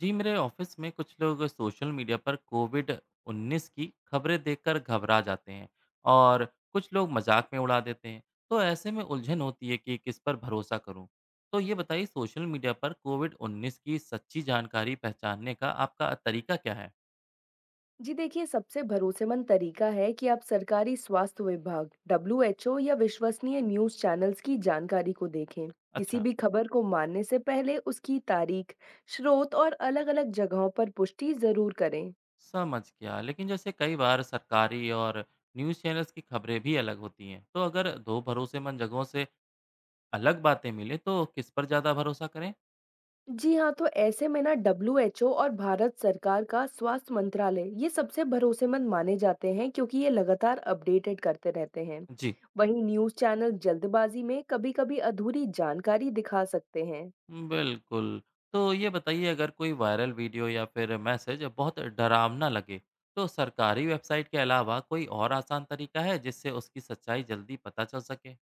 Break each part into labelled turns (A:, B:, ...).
A: जी मेरे ऑफिस में कुछ लोग सोशल मीडिया पर कोविड -19 की खबरें देखकर घबरा जाते हैं और कुछ लोग मजाक में उड़ा देते हैं। तो ऐसे में उलझन होती है कि किस पर भरोसा करूं। तो ये बताइए सोशल मीडिया पर कोविड -19 की सच्ची जानकारी पहचानने का आपका तरीका क्या है?
B: जी देखिए सबसे भरोसेमंद तरीका है कि आप सरकारी स्वास्थ्य विभाग डब्ल्यूएचओ या विश्वसनीय न्यूज चैनल्स की जानकारी को देखें किसी
A: अच्छा।
B: भी खबर को मानने से पहले उसकी तारीख स्रोत और अलग अलग जगहों पर पुष्टि जरूर करें
A: समझ गया, लेकिन जैसे कई बार सरकारी और न्यूज़ चैनल्स की खबरें भी अलग होती हैं, तो अगर दो भरोसेमंद जगहों से अलग बातें मिले तो किस पर ज़्यादा भरोसा करें?
B: जी हाँ तो ऐसे में ना डब्ल्यूएचओ और भारत सरकार का स्वास्थ्य मंत्रालय ये सबसे भरोसेमंद माने जाते हैं क्योंकि ये लगातार अपडेटेड करते रहते हैं
A: जी।
B: वहीं न्यूज चैनल जल्दबाजी में कभी कभी अधूरी जानकारी दिखा सकते हैं।
A: बिल्कुल। तो ये बताइए अगर कोई वायरल वीडियो या फिर मैसेज बहुत डरावना लगे, तो सरकारी वेबसाइट के अलावा कोई और आसान तरीका है जिससे उसकी सच्चाई जल्दी पता चल सके?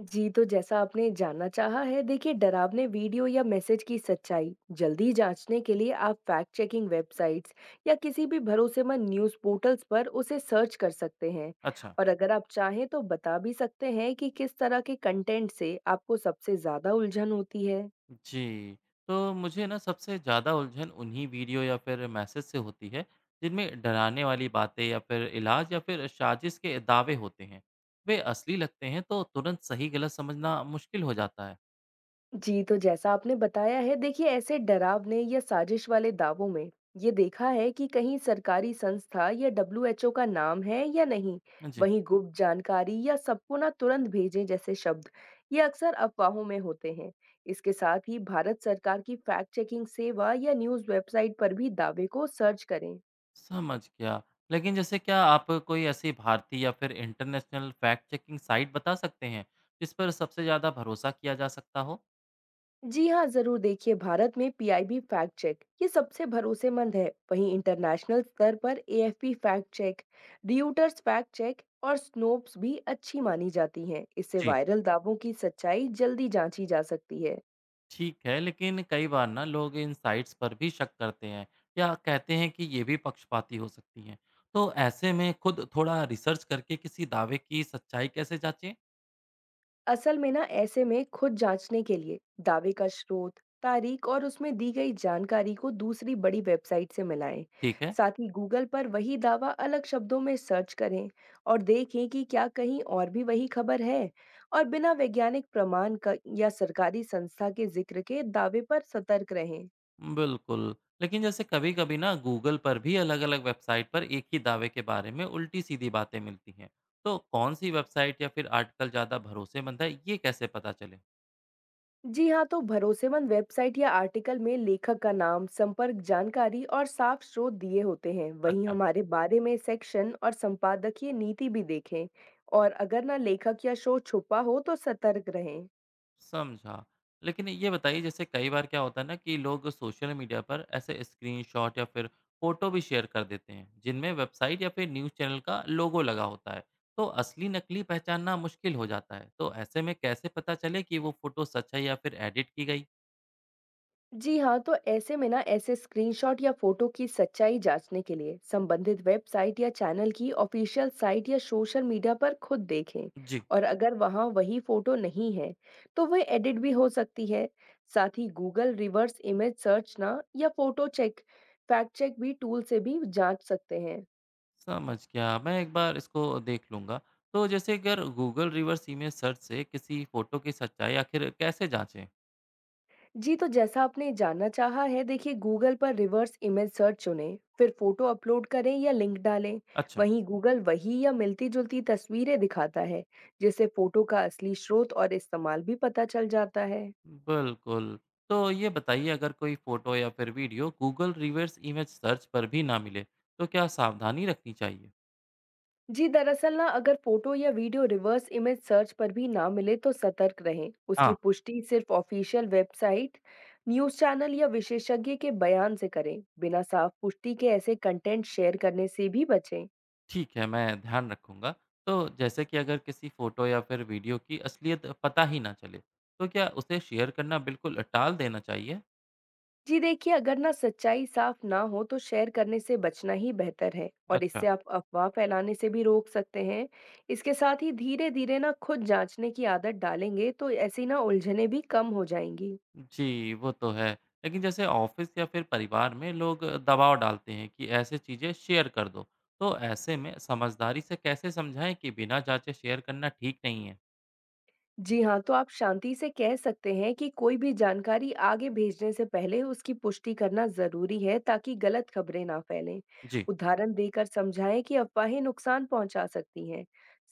B: जी, तो जैसा आपने जानना चाहा है, देखिए डरावने वीडियो या मैसेज की सच्चाई जल्दी जांचने के लिए आप फैक्ट चेकिंग वेबसाइट्स या किसी भी भरोसेमंद न्यूज़ पोर्टल्स पर उसे सर्च कर सकते हैं।
A: अच्छा।
B: और अगर आप चाहें तो बता भी सकते हैं कि किस तरह के कंटेंट से आपको सबसे ज़्यादा उलझन होती है।
A: जी। तो मुझे ना सबसे ज़्यादा उलझन उन्हीं वीडियो या फिर मैसेज से होती है, जिनमें डराने वाली बातें या फिर इलाज या फिर साजिश के दावे होते हैं। वे असली लगते हैं तो तुरंत सही गलत समझना मुश्किल हो जाता है।
B: जी, तो जैसा आपने बताया है, देखिए ऐसे डरावने या साजिश वाले दावों में ये देखा है कि कहीं सरकारी संस्था या डब्ल्यूएचओ का नाम है या नहीं,
A: जी।
B: वहीं गुप्त जानकारी या सबको ना तुरंत भेजें जैसे शब्द, ये अक्सर अफवाहों में होते हैं। इसके साथ ही भारत सरकार की फैक्ट चेकिंग सेवा या न्यूज़ वेबसाइट पर भी दावे को सर्च करें।
A: समझ गया। लेकिन जैसे क्या आप कोई ऐसी भारतीय या फिर इंटरनेशनल फैक्ट चेकिंग साइट बता सकते हैं, जिस पर सबसे ज़्यादा भरोसा किया जा सकता हो?
B: जी हाँ, ज़रूर देखिए भारत में पीआईबी फैक्ट चेक ये सबसे भरोसेमंद है। वहीं इंटरनेशनल स्तर पर AFP fact check, Reuters fact check और स्नोप्स भी अच्छी मानी जाती हैं। इससे
A: जी।
B: वायरल दावों की सच्चाई जल्दी जांची जा सकती है।
A: ठीक है, लेकिन कई बार ना लोग इन साइट्स पर भी शक करते हैं या कहते हैं कि ये भी पक्षपाती हो सकती हैं। तो ऐसे में खुद थोड़ा रिसर्च करके किसी दावे की सच्चाई कैसे जांचें?
B: असल में ना ऐसे में खुद जांचने के लिए दावे का स्रोत तारीख और उसमें दी गई जानकारी को दूसरी बड़ी वेबसाइट से मिलाएं।
A: ठीक है।
B: साथ ही गूगल पर वही दावा अलग शब्दों में सर्च करें और देखें कि क्या कहीं और भी वही खबर है। और बिना वैज्ञानिक प्रमाण का या सरकारी संस्था के जिक्र के दावे पर सतर्क रहें।
A: बिल्कुल। लेकिन जैसे कभी-कभी ना गूगल पर भी अलग-अलग वेबसाइट पर एक ही दावे के बारे में उल्टी-सीधी बातें मिलती हैं। तो कौन सी वेबसाइट या फिर आर्टिकल ज़्यादा भरोसेमंद है, ये कैसे पता चले?
B: जी हाँ, तो भरोसेमंद वेबसाइट या आर्टिकल में लेखक का नाम, संपर्क जानकारी और साफ स्रोत दिए होते हैं। वहीं
A: अच्छा।
B: हमारे बारे में सेक्शन और संपादकीय नीति भी देखें। और अगर ना लेखक या शो छुपा हो तो सतर्क रहें।
A: समझा। लेकिन ये बताइए जैसे कई बार क्या होता है ना कि लोग सोशल मीडिया पर ऐसे स्क्रीनशॉट या फिर फ़ोटो भी शेयर कर देते हैं, जिनमें वेबसाइट या फिर न्यूज़ चैनल का लोगो लगा होता है। तो असली नकली पहचानना मुश्किल हो जाता है। तो ऐसे में कैसे पता चले कि वो फ़ोटो सच है या फिर एडिट की गई?
B: जी हाँ, तो ऐसे में ना ऐसे स्क्रीनशॉट या फोटो की सच्चाई जांचने के लिए संबंधित वेबसाइट या चैनल की ऑफिशियल साइट या सोशल मीडिया पर खुद देखें।
A: जी।
B: और अगर वहाँ वही फोटो नहीं है तो वह एडिट भी हो सकती है। साथ ही गूगल रिवर्स इमेज सर्च ना या फोटो चेक फैक्ट चेक भी टूल से भी जांच सकते हैं।
A: समझ गया, मैं एक बार इसको देख लूंगा। तो जैसे अगर गूगल रिवर्स इमेज सर्च से किसी फोटो की सच्चाई आखिर कैसे जांचें?
B: जी, तो जैसा आपने जानना चाहा है, देखिए गूगल पर रिवर्स इमेज सर्च चुनें, फिर फोटो अपलोड करें या लिंक डालें।
A: अच्छा।
B: वहीं गूगल वही या मिलती-जुलती तस्वीरें दिखाता है, जिससे फोटो का असली स्रोत और इस्तेमाल भी पता चल जाता है।
A: बिल्कुल। तो ये बताइए अगर कोई फोटो या फिर video Google reverse image search पर भी ना मिले तो क्या सावधानी रखनी चाहिए?
B: जी, दरअसल ना अगर फोटो या वीडियो रिवर्स इमेज सर्च पर भी ना मिले तो सतर्क रहें।
A: हाँ।
B: उसकी पुष्टि सिर्फ ऑफिशियल वेबसाइट, न्यूज़ चैनल या विशेषज्ञ के बयान से करें। बिना साफ पुष्टि के ऐसे कंटेंट शेयर करने से भी बचें।
A: ठीक है, मैं ध्यान रखूंगा। तो जैसे कि अगर किसी फोटो या फिर वीडियो की असलियत पता ही ना चले तो क्या उसे शेयर करना बिल्कुल टाल देना चाहिए?
B: जी देखिए, अगर ना सच्चाई साफ ना हो तो शेयर करने से बचना ही बेहतर है और
A: अच्छा।
B: इससे आप अफवाह फैलाने से भी रोक सकते हैं। इसके साथ ही धीरे धीरे ना खुद जांचने की आदत डालेंगे तो ऐसी ना उलझने भी कम हो जाएंगी।
A: जी, वो तो है। लेकिन जैसे ऑफ़िस या फिर परिवार में लोग दबाव डालते हैं कि ऐसे चीज़ें शेयर कर दो। तो ऐसे में समझदारी से कैसे समझाएँ कि बिना जाँचे शेयर करना ठीक नहीं है?
B: जी हाँ, तो आप शांति से कह सकते हैं कि कोई भी जानकारी आगे भेजने से पहले उसकी पुष्टि करना जरूरी है ताकि गलत खबरें ना फैलें।
A: जी।
B: उदाहरण देकर समझाएं कि अफवाहें नुकसान पहुंचा सकती हैं।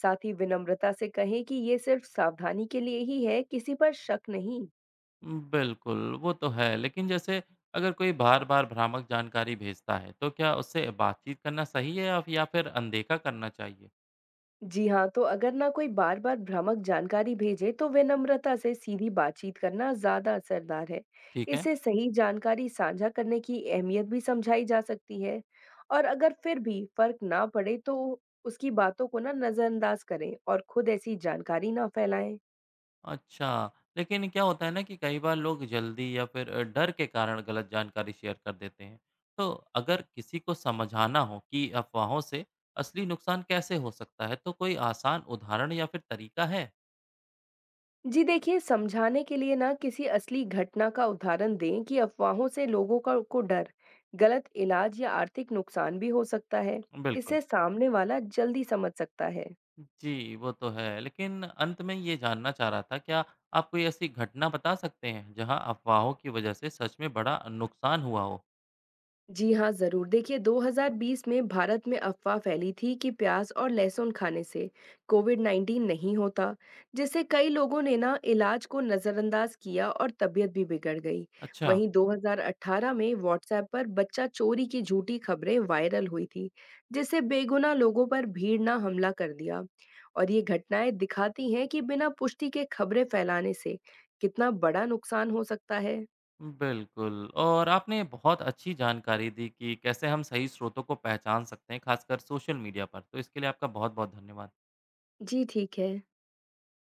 B: साथ ही विनम्रता से कहें कि ये सिर्फ सावधानी के लिए ही है, किसी पर शक नहीं।
A: बिल्कुल, वो तो है। लेकिन जैसे अगर कोई बार-बार भ्रामक जानकारी भेजता है, तो क्या उससे बातचीत करना सही है या फिर अनदेखा करना चाहिए?
B: जी हाँ, तो अगर ना कोई बार-बार भ्रामक जानकारी भेजे तो विनम्रता से सीधी बातचीत करना ज़्यादा असरदार है।
A: ठीक है।
B: इससे सही जानकारी साझा करने की अहमियत भी समझाई जा सकती है। और अगर फिर भी फ़र्क ना पड़े तो उसकी बातों को ना नज़रअंदाज करें और खुद ऐसी जानकारी ना फैलाएँ।
A: अच्छा, लेकिन क्या होता है ना कि कई बार लोग जल्दी या फिर डर के कारण गलत जानकारी शेयर कर देते हैं। तो अगर किसी को समझाना हो कि अफवाहों से असली नुकसान कैसे हो सकता है, तो कोई आसान उदाहरण या फिर तरीका है?
B: जी देखिए, समझाने के लिए ना किसी असली घटना का उदाहरण दें कि अफवाहों से लोगों का को डर, गलत इलाज या आर्थिक नुकसान भी हो सकता है।
A: बिल्कुल।
B: इससे सामने वाला जल्दी समझ सकता है।
A: जी, वो तो है। लेकिन अंत में ये जानना चाह रहा था, क्या आप कोई ऐसी घटना बता सकते हैं, जहां अफवाहों की वजह से सच में बड़ा नुकसान हुआ हो?
B: जी हाँ, ज़रूर। देखिए 2020 में भारत में अफ़वाह फैली थी कि प्याज और लहसुन खाने से कोविड-19 नहीं होता, जिससे कई लोगों ने ना इलाज को नज़रअंदाज किया और तबीयत भी बिगड़ गई।
A: अच्छा।
B: वहीं 2018 में व्हाट्सऐप पर बच्चा चोरी की झूठी खबरें वायरल हुई थी, जिससे बेगुनाह लोगों पर भीड़ ने हमला कर दिया। और ये घटनाएँ दिखाती हैं कि बिना पुष्टि के खबरें फैलाने से कितना बड़ा नुकसान हो सकता है।
A: बिल्कुल, और आपने बहुत अच्छी जानकारी दी कि कैसे हम सही स्रोतों को पहचान सकते हैं, खासकर सोशल मीडिया पर। तो इसके लिए आपका बहुत-बहुत धन्यवाद।
B: जी, ठीक है।